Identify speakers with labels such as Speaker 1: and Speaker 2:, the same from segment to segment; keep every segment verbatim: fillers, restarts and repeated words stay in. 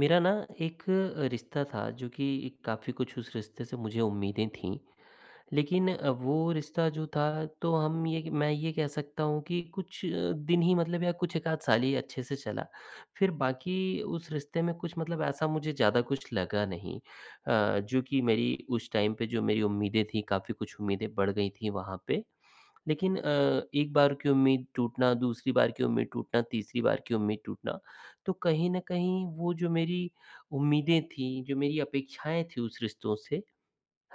Speaker 1: मेरा ना एक रिश्ता था जो कि काफ़ी कुछ उस रिश्ते से मुझे उम्मीदें थीं। लेकिन अ, वो रिश्ता जो था तो हम ये मैं ये कह सकता हूँ कि कुछ दिन ही मतलब या कुछ एक आध साल ही अच्छे से चला। फिर बाकी उस रिश्ते में कुछ मतलब ऐसा मुझे ज़्यादा कुछ लगा नहीं। अ, जो कि मेरी उस टाइम पे जो मेरी उम्मीदें थीं, काफ़ी कुछ उम्मीदें बढ़ गई थीं वहाँ पे। लेकिन अ, एक बार की उम्मीद टूटना, दूसरी बार की उम्मीद टूटना, तीसरी बार की उम्मीद टूटना, तो कहीं न कहीं वो जो मेरी उम्मीदें थी, जो मेरी अपेक्षाएँ थी उस रिश्तों से,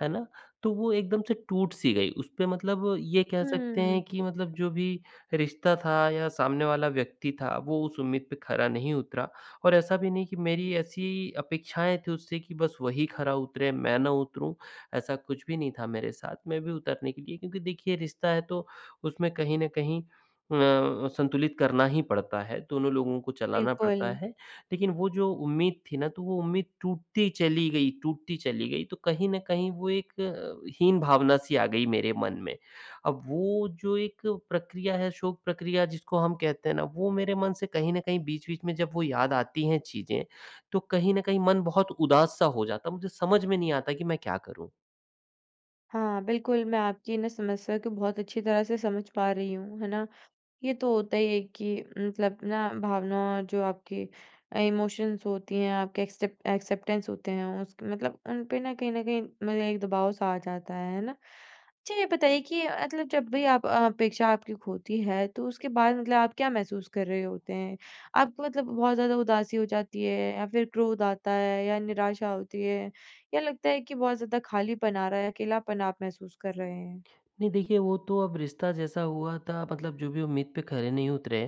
Speaker 1: है ना? तो वो एकदम से टूट सी गई। उसपे मतलब ये कह सकते
Speaker 2: हुँ,
Speaker 1: हैं कि मतलब जो भी रिश्ता था या सामने वाला व्यक्ति था, वो उस उम्मीद पे खरा नहीं उतरा। और ऐसा भी नहीं कि मेरी ऐसी अपेक्षाएँ थी उससे कि बस वही खरा उतरे, मैं ना उतरूँ, ऐसा कुछ भी नहीं था मेरे साथ। मैं भी उतरने के लिए, क्योंकि देखिए रिश्ता है तो उसमें कहीं न कहीं अ, संतुलित करना ही पड़ता है, दोनों लोगों को चलाना
Speaker 2: बिल्कुल।
Speaker 1: पड़ता है। लेकिन वो जो उम्मीद थी ना, तो वो उम्मीद टूटती चली गई, टूटती चली गई, तो कहीं न कहीं वो एक अ, हीन भावना सी आ गई मेरे मन में। अब वो जो एक प्रक्रिया है, शोक प्रक्रिया जिसको हम कहते हैं ना, वो मेरे मन से कहीं न कहीं बीच-बीच में जब वो याद आती हैं चीज़ें, तो कहीं न कहीं मन बहुत उदास-सा हो जाता है, मुझे समझ में नहीं आता कि मैं क्या करूँ?
Speaker 2: हाँ, बिल्कुल मैं आपकी ना समस्या को बहुत अच्छी तरह से समझ पा रही हूँ, है ना? ये तो होता ही है कि मतलब ना भावना जो आपकी इमोशंस होती हैं, आपके एक्सेप्ट एक्सेप्टेंस होते हैं, उस मतलब उन पे ना कहीं न कहीं मतलब एक दबाव सा आ जाता है, है ना? अच्छा ये बताइए कि मतलब जब भी आप अ, अपेक्षा आपकी खोती है, तो उसके बाद मतलब आप क्या महसूस कर रहे होते हैं? आपको मतलब बहुत ज़्यादा उदासी हो जाती है या फिर क्रोध आता है या निराशा होती है या लगता है कि बहुत ज़्यादा खालीपन आ रहा है, अकेलापन आप महसूस कर रहे हैं?
Speaker 1: नहीं देखिए, वो तो अब रिश्ता जैसा हुआ था, मतलब जो भी उम्मीद पे खरे नहीं उतरे,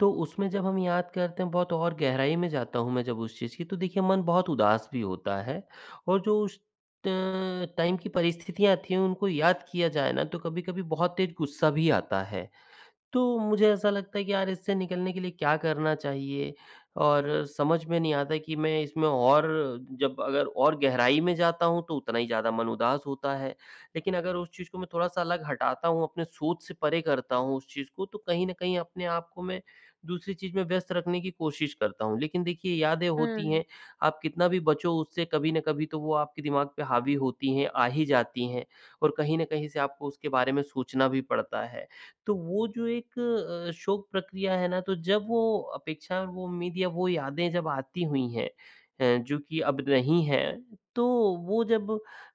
Speaker 1: तो उसमें जब हम याद करते हैं बहुत और गहराई में जाता हूँ मैं जब उस चीज़ की, तो देखिए मन बहुत उदास भी होता है, और जो उस ट टाइम की परिस्थितियाँ थी उनको याद किया जाए ना, तो कभी-कभी बहुत तेज़ गुस्सा भी आता है। तो मुझे ऐसा लगता है कि यार इससे निकलने के लिए क्या करना चाहिए? और समझ में नहीं आता कि मैं इसमें और जब अगर और गहराई में जाता हूँ, तो उतना ही ज़्यादा मन उदास होता है। लेकिन अगर उस चीज़ को मैं थोड़ा-सा अलग हटाता हूँ, अपने सोच से परे करता हूँ उस चीज़ को, तो कहीं न कहीं अपने आप को मैं दूसरी चीज़ में व्यस्त रखने की कोशिश करता हूँ। लेकिन देखिए यादें होती
Speaker 2: हुँ।
Speaker 1: हैं, आप कितना भी बचो उससे, कभी न कभी तो वो आपके दिमाग पे हावी होती हैं, आ ही जाती हैं, और कहीं न कहीं से आपको उसके बारे में सोचना भी पड़ता है। तो वो जो एक अ, शोक प्रक्रिया है ना, तो जब वो अपेक्षा और वो उम्मीद या वो यादें जब आती हुई हैं, अ, जो कि अब नहीं है, तो वो जब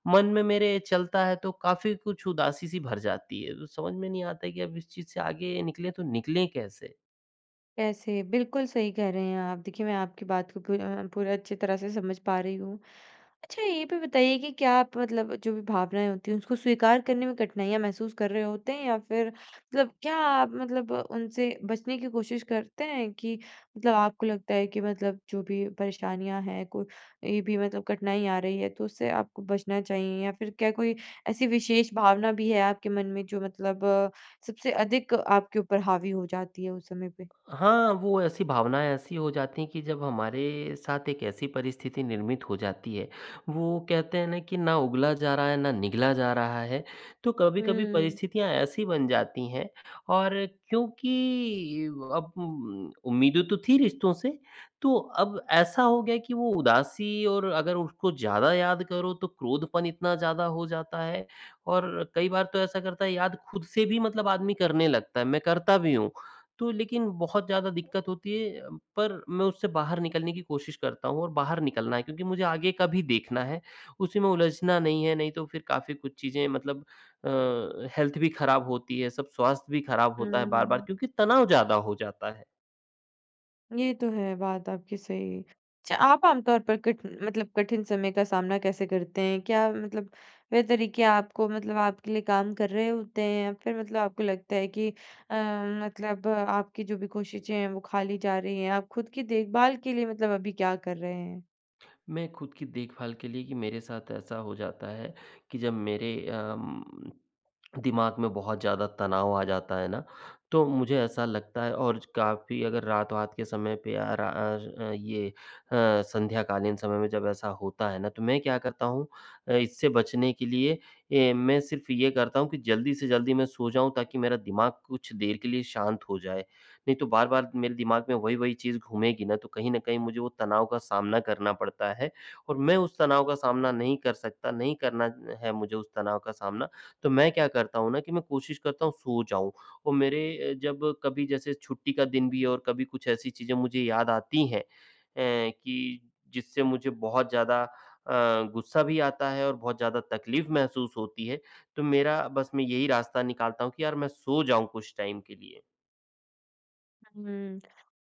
Speaker 1: मन में मेरे चलता है तो काफ़ी कुछ उदासी सी भर जाती है। तो समझ में नहीं आता है कि अब इस चीज़ से आगे निकलें तो निकलें कैसे?
Speaker 2: कैसे? बिल्कुल सही कह रहे हैं आप। देखिए, मैं आपकी बात को पूर अ, पूरा अच्छी तरह से समझ पा रही हूँ। अच्छा ये भी बताइए कि क्या आप मतलब जो भी भावनाएँ होती हैं उसको स्वीकार करने में कठिनाइयाँ महसूस कर रहे होते हैं या फिर मतलब क्या आप मतलब उनसे बचने की कोशिश करते हैं कि मतलब आपको लगता है कि मतलब जो भी परेशानियाँ हैं को ये भी मतलब कठिनाई आ रही है तो उससे आपको बचना चाहिए या फिर क्या कोई ऐसी विशेष भावना भी है आपके मन में जो मतलब सबसे अधिक आपके ऊपर हावी हो जाती है उस समय पे?
Speaker 1: हाँ, वो ऐसी भावनाएँ ऐसी हो जाती हैं कि जब हमारे साथ एक ऐसी परिस्थिति निर्मित हो जाती है, वो कहते हैं ना कि ना उगला जा रहा है, ना निगला जा रहा है। तो कभी-कभी
Speaker 2: हुँ,
Speaker 1: परिस्थितियाँ ऐसी बन जाती हैं, और क्योंकि अब उम, उम्मीदें तो थी रिश्तों से, तो अब ऐसा हो गया कि वो उदासी, और अगर उसको ज़्यादा याद करो तो क्रोधपन इतना ज़्यादा हो जाता है। और कई बार तो ऐसा करता है याद खुद से भी, मतलब आदमी करने लगता है, मैं करता भी हूँ। तो लेकिन बहुत ज़्यादा दिक्कत होती है, अ, पर मैं उससे बाहर निकलने की कोशिश करता हूँ, और बाहर निकलना है, क्योंकि मुझे आगे का भी देखना है, उसी में उलझना नहीं है, नहीं तो फिर काफ़ी कुछ चीज़ें, मतलब अ, हेल्थ भी खराब होती है, सब स्वास्थ्य भी खराब होता है बार-बार,
Speaker 2: हुँ।
Speaker 1: क्योंकि तनाव ज़्यादा हो जाता है।
Speaker 2: ये तो है, बात आपकी सही। अच्छा, आप आमतौर पर कठ मतलब कठिन समय का सामना कैसे करते हैं? क्या मतलब वे तरीके आपको मतलब आपके लिए काम कर रहे होते हैं या फिर मतलब आपको लगता है कि अ, मतलब आपकी जो भी कोशिशें हैं वो खाली जा रही हैं? आप खुद की देखभाल के लिए मतलब अभी क्या कर रहे हैं?
Speaker 1: मैं खुद की देखभाल के लिए, कि मेरे साथ ऐसा हो जाता है कि जब मेरे अम, दिमाग में बहुत ज़्यादा तनाव आ जाता है ना, तो मुझे ऐसा लगता है, और काफ़ी अगर रात-वात के समय पे या रा अ, ये अ, संध्याकालीन समय में जब ऐसा होता है ना, तो मैं क्या करता हूँ, अ, इससे बचने के लिए ए, मैं सिर्फ़ ये करता हूँ कि जल्दी से जल्दी मैं सो जाऊँ, ताकि मेरा दिमाग कुछ देर के लिए शांत हो जाए। नहीं तो बार-बार मेरे दिमाग में वही-वही चीज़ घूमेगी ना, तो कहीं न कहीं मुझे वो तनाव का सामना करना पड़ता है, और मैं उस तनाव का सामना नहीं कर सकता, नहीं करना है मुझे उस तनाव का सामना। तो मैं क्या करता हूँ ना, कि मैं कोशिश करता हूँ सो जाऊँ, और मेरे अ, जब कभी जैसे छुट्टी का दिन भी है और कभी कुछ ऐसी चीज़ें मुझे याद आती हैं, अ, कि जिससे मुझे बहुत ज़्यादा अ, गुस्सा भी आता है और बहुत ज़्यादा तकलीफ़ महसूस होती है, तो मेरा बस मैं यही रास्ता निकालता हूँ कि यार मैं सो जाऊँ कुछ टाइम के लिए।
Speaker 2: हुँ।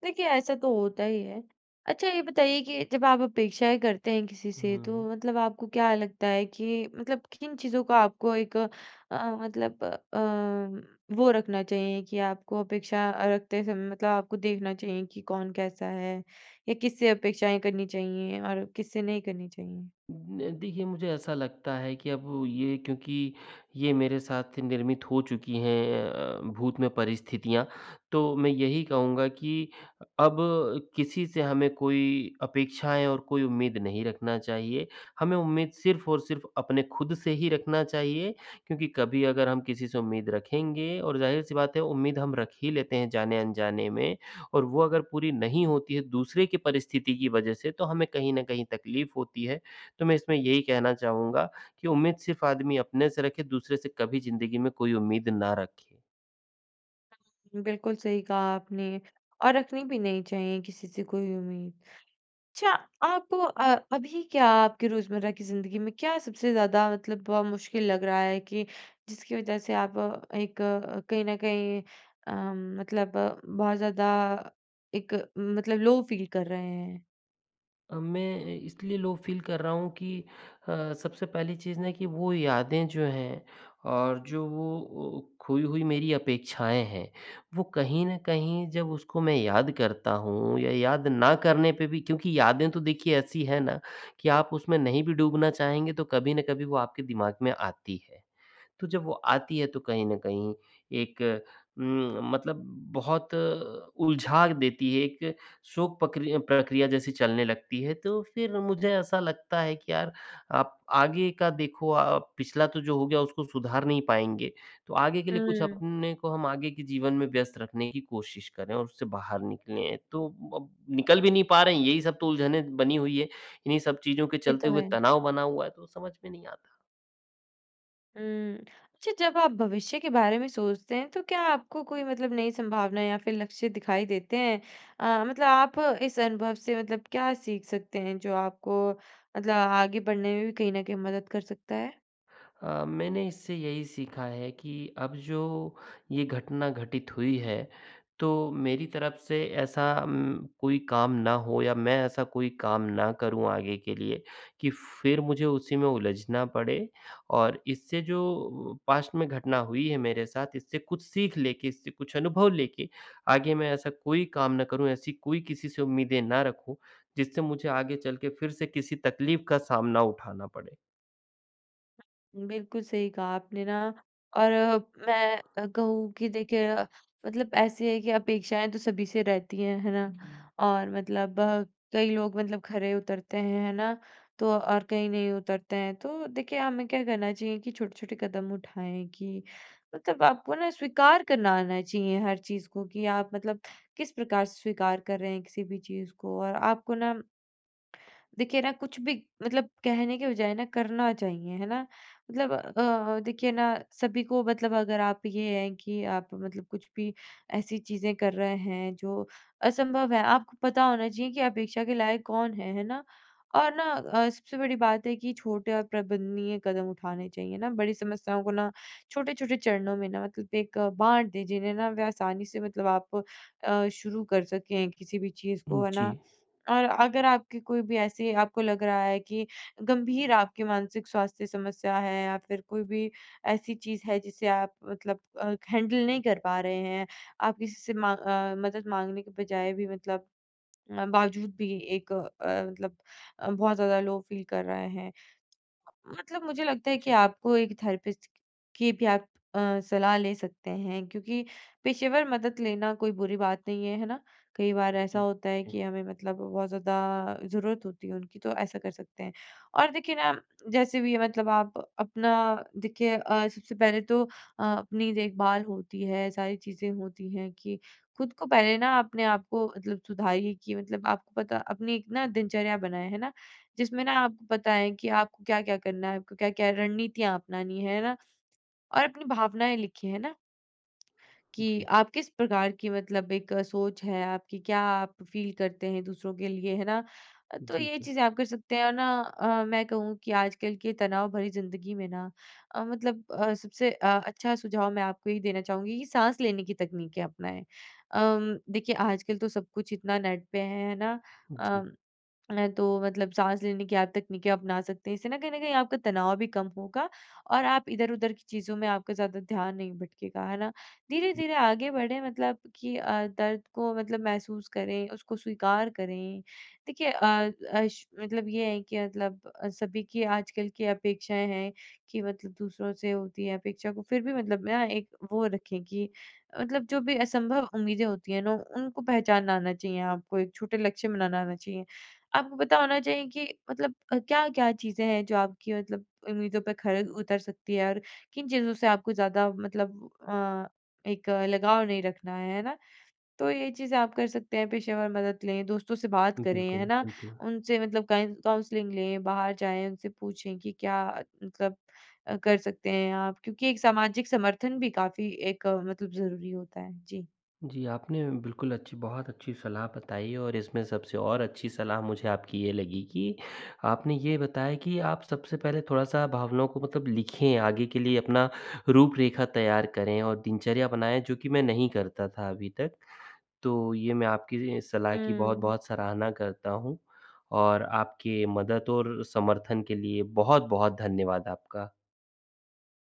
Speaker 2: देखिए, ऐसा तो होता ही है। अच्छा ये बताइए कि जब आप अपेक्षाएँ करते हैं किसी से तो
Speaker 1: हुँ।
Speaker 2: मतलब आपको क्या लगता है कि मतलब किन चीज़ों का आपको एक अ, मतलब अ, वो रखना चाहिए कि आपको अपेक्षा रखते समय मतलब आपको देखना चाहिए कि कौन कैसा है या किससे अपेक्षाएँ करनी चाहिए और किससे नहीं करनी चाहिए?
Speaker 1: न देखिए, मुझे ऐसा लगता है कि अब ये, क्योंकि ये मेरे साथ निर्मित हो चुकी हैं, अ, भूत में परिस्थितियाँ, तो मैं यही कहूँगा कि अब किसी से हमें कोई अपेक्षाएँ और कोई उम्मीद नहीं रखना चाहिए। हमें उम्मीद सिर्फ़ और सिर्फ़ अपने खुद से ही रखना चाहिए, क्योंकि कभी अगर हम किसी से उम्मीद रखेंगे, और ज़ाहिर-सी बात है उम्मीद हम रख ही लेते हैं जाने-अनजाने में, और वो अगर पूरी नहीं होती है दूसरे की परिस्थिति की वजह से, तो हमें कहीं न कहीं तकलीफ़ होती है। तो मैं इसमें यही कहना चाहूँगा कि उम्मीद सिर्फ आदमी अपने से रखे, दूसरे से कभी ज़िंदगी में कोई उम्मीद ना रखे।
Speaker 2: बिल्कुल सही कहा आपने और रखनी भी नहीं चाहिए किसी से कोई उम्मीद। अच्छा, आपको अ, अभी क्या आपकी रोज़मर्रा की ज़िंदगी में क्या सबसे ज़्यादा मतलब अ, मुश्किल लग रहा है कि जिसकी वज़ह से आप अ, एक अ, कहीं न कहीं अम, मतलब अ, बहुत ज़्यादा एक मतलब लो फ़ील कर रहे हैं?
Speaker 1: अ, मैं इसलिए लो फ़ील कर रहा हूँ कि अ, सबसे पहली चीज़ ना कि वो यादें जो हैं, और जो वो ओ, खोई हुई मेरी अपेक्षाएँ हैं, वो कहीं न कहीं जब उसको मैं याद करता हूँ या याद ना करने पे भी, क्योंकि यादें तो देखिए ऐसी हैं ना कि आप उसमें नहीं भी डूबना चाहेंगे तो कभी न कभी वो आपके दिमाग में आती है। तो जब वो आती है तो कहीं न कहीं एक उम, मतलब बहुत उलझा देती है, एक शोक पक्रि प्रक्रिया जैसी चलने लगती है, तो फिर मुझे ऐसा लगता है कि यार आप आगे का देखो, आप पिछला तो जो हो गया उसको सुधार नहीं पाएँगे, तो आगे के लिए कुछ
Speaker 2: हुँ।
Speaker 1: अपने को हम आगे के जीवन में व्यस्त रखने की कोशिश करें और उससे बाहर निकलें। तो अब निकल भी नहीं पा रहे हैं, यही सब तो उलझनें बनी हुई है, इन्हीं सब चीज़ों के
Speaker 2: ये तो
Speaker 1: चलते हुए
Speaker 2: है।
Speaker 1: तनाव बना हुआ है, तो समझ में नहीं आता।
Speaker 2: हुँ। अच्छा जब आप भविष्य के बारे में सोचते हैं तो क्या आपको कोई मतलब नई संभावना या फिर लक्ष्य दिखाई देते हैं? अ, मतलब आप इस अनुभव से मतलब क्या सीख सकते हैं जो आपको मतलब आगे बढ़ने में भी कहीं न कहीं मदद कर सकता है?
Speaker 1: अ, मैंने इससे यही सीखा है कि अब जो ये घटना घटित हुई है, तो मेरी तरफ से ऐसा उम, कोई काम ना हो या मैं ऐसा कोई काम ना करूँ आगे के लिए, कि फिर मुझे उसी में उलझना पड़े, और इससे जो पास्ट में घटना हुई है मेरे साथ, इससे कुछ सीख लेके, इससे कुछ अनुभव लेके आगे मैं ऐसा कोई काम ना करूँ, ऐसी कोई किसी से उम्मीदें ना रखूँ, जिससे मुझे आगे चल के फिर से किसी तकलीफ का सामना उठाना पड़े।
Speaker 2: बिल्कुल सही कहा आपने ना और अ, मैं अ, कहूँ कि देखिए अ, मतलब ऐसी है कि अपेक्षाएं तो सभी से रहती हैं है ना हम्म। और मतलब अ, कई लोग मतलब खरे उतरते हैं है ना तो और कई नहीं उतरते हैं तो देखिए हमें क्या करना चाहिए कि छोटे छोटे कदम उठाएं कि मतलब आपको ना स्वीकार करना आना चाहिए हर चीज को कि आप मतलब किस प्रकार से स्वीकार कर रहे हैं किसी भी चीज को और आपको ना देखिए ना कुछ भी मतलब कहने के बजाय ना करना चाहिए, है ना? मतलब अ, देखिए ना सभी को मतलब अगर आप ये हैं कि आप मतलब कुछ भी ऐसी चीज़ें कर रहे हैं जो असंभव है, आपको पता होना चाहिए कि अपेक्षा के लायक कौन है, है ना? और ना अ, सबसे बड़ी बात है कि छोटे और प्रबंधनीय कदम उठाने चाहिए ना, बड़ी समस्याओं को ना छोटे-छोटे चरणों में ना मतलब एक बाँट दें जिन्हें ना वे आसानी से मतलब आप अ, शुरू कर सकें किसी भी चीज़ को, है
Speaker 1: जी।
Speaker 2: ना? और अगर आपकी कोई भी ऐसी आपको लग रहा है कि गंभीर आपकी मानसिक स्वास्थ्य समस्या है या फिर कोई भी ऐसी चीज़ है जिसे आप मतलब अ, हैंडल नहीं कर पा रहे हैं, आप किसी से माँ अ, मदद माँगने के बजाय भी मतलब अ, बावजूद भी एक अ, मतलब अ, बहुत ज़्यादा लो फील कर रहे हैं। मतलब मुझे लगता है कि आपको एक थेरेपिस्ट की भी आप अ, सलाह ले सकते हैं क्योंकि पेशेवर मदद लेना कोई बुरी बात नहीं है, है ना? कई बार ऐसा
Speaker 1: जी,
Speaker 2: होता है कि हमें मतलब बहुत ज़्यादा ज़रूरत होती है उनकी तो ऐसा कर सकते हैं। और देखिए ना जैसे भी है मतलब आप अपना देखिए अ, सबसे पहले तो अ, अपनी देखभाल होती है, सारी चीज़ें होती हैं कि खुद को पहले ना अपने आप को मतलब सुधारिए कि मतलब आपको पता अपनी एक ना दिनचर्या बनाएँ, है ना? जिसमें ना आपको पता है कि आपको क्या-क्या करना है, आपको क्या-क्या रणनीतियाँ अपनानी है, है ना? और अपनी भावनाएँ लिखिए, है ना? कि
Speaker 1: जी,
Speaker 2: आप किस प्रकार की मतलब एक अ, सोच है आपकी, क्या आप फ़ील करते हैं दूसरों के लिए, है ना? अ, तो
Speaker 1: जी,
Speaker 2: ये
Speaker 1: जी,
Speaker 2: चीज़ें आप कर सकते हैं और ना अ, मैं कहूँ कि आजकल की तनाव भरी ज़िंदगी में ना अ, मतलब अ, सबसे अ, अच्छा सुझाव मैं आपको ये देना चाहूँगी कि साँस लेने की तकनीकें अपनाएँ। अम, देखिए आजकल तो सब कुछ इतना नेट पे है, है ना? अ
Speaker 1: जी,
Speaker 2: अ, तो मतलब साँस लेने की आदत तकनीकें अपना सकते हैं। इससे ना कहीं न कहीं आपका तनाव भी कम होगा और आप इधर-उधर की चीज़ों में आपका ज़्यादा ध्यान नहीं भटकेगा, है ना? धीरे-धीरे आगे बढ़ें मतलब कि अ, दर्द को मतलब महसूस करें, उसको स्वीकार करें। देखिए अ, अश मतलब ये है कि मतलब अ, सभी की आजकल की अपेक्षाएँ हैं कि मतलब दूसरों से होती है अपेक्षा को फिर भी मतलब ना एक वो रखें कि मतलब जो भी असंभव उम्मीदें होती हैं ना, उनको पहचानना आना चाहिए आपको, एक छोटे लक्ष्य बनाना आना चाहिए। आपको पता होना चाहिए कि मतलब अ, क्या-क्या चीज़ें हैं जो आपकी मतलब उम्मीदों पे खरी उतर सकती है और किन चीज़ों से आपको ज़्यादा मतलब अ, एक अ, लगाव नहीं रखना है, है ना? तो ये चीज़ें आप कर सकते हैं, पेशेवर मदद लें, दोस्तों से बात करें, है
Speaker 1: बिल्कुल,
Speaker 2: ना?
Speaker 1: बिल्कुल।
Speaker 2: उनसे मतलब काइन काउंसलिंग लें, बाहर जाएँ, उनसे पूछें कि क्या मतलब अ, कर सकते हैं आप? क्योंकि एक सामाजिक समर्थन भी काफ़ी एक अ, मतलब ज़रूरी होता है। जी।
Speaker 1: जी, आपने बिल्कुल अच्छी बहुत अच्छी सलाह बताई, और इसमें सबसे और अच्छी सलाह मुझे आपकी ये लगी कि आपने ये बताया कि आप सबसे पहले थोड़ा-सा भावनाओं को मतलब लिखें, आगे के लिए अपना रूपरेखा तैयार करें और दिनचर्या बनाएँ, जो कि मैं नहीं करता था अभी तक। तो ये मैं आपकी सलाह की
Speaker 2: हुँ।
Speaker 1: बहुत-बहुत सराहना करता हूँ, और आपके मदद और समर्थन के लिए बहुत-बहुत धन्यवाद आपका।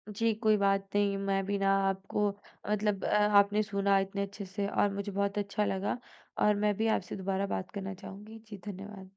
Speaker 2: जी, कोई बात नहीं। मैं भी ना आपको मतलब अ, आपने सुना इतने अच्छे से और मुझे बहुत अच्छा लगा और मैं भी आपसे दोबारा बात करना चाहूँगी। जी, धन्यवाद।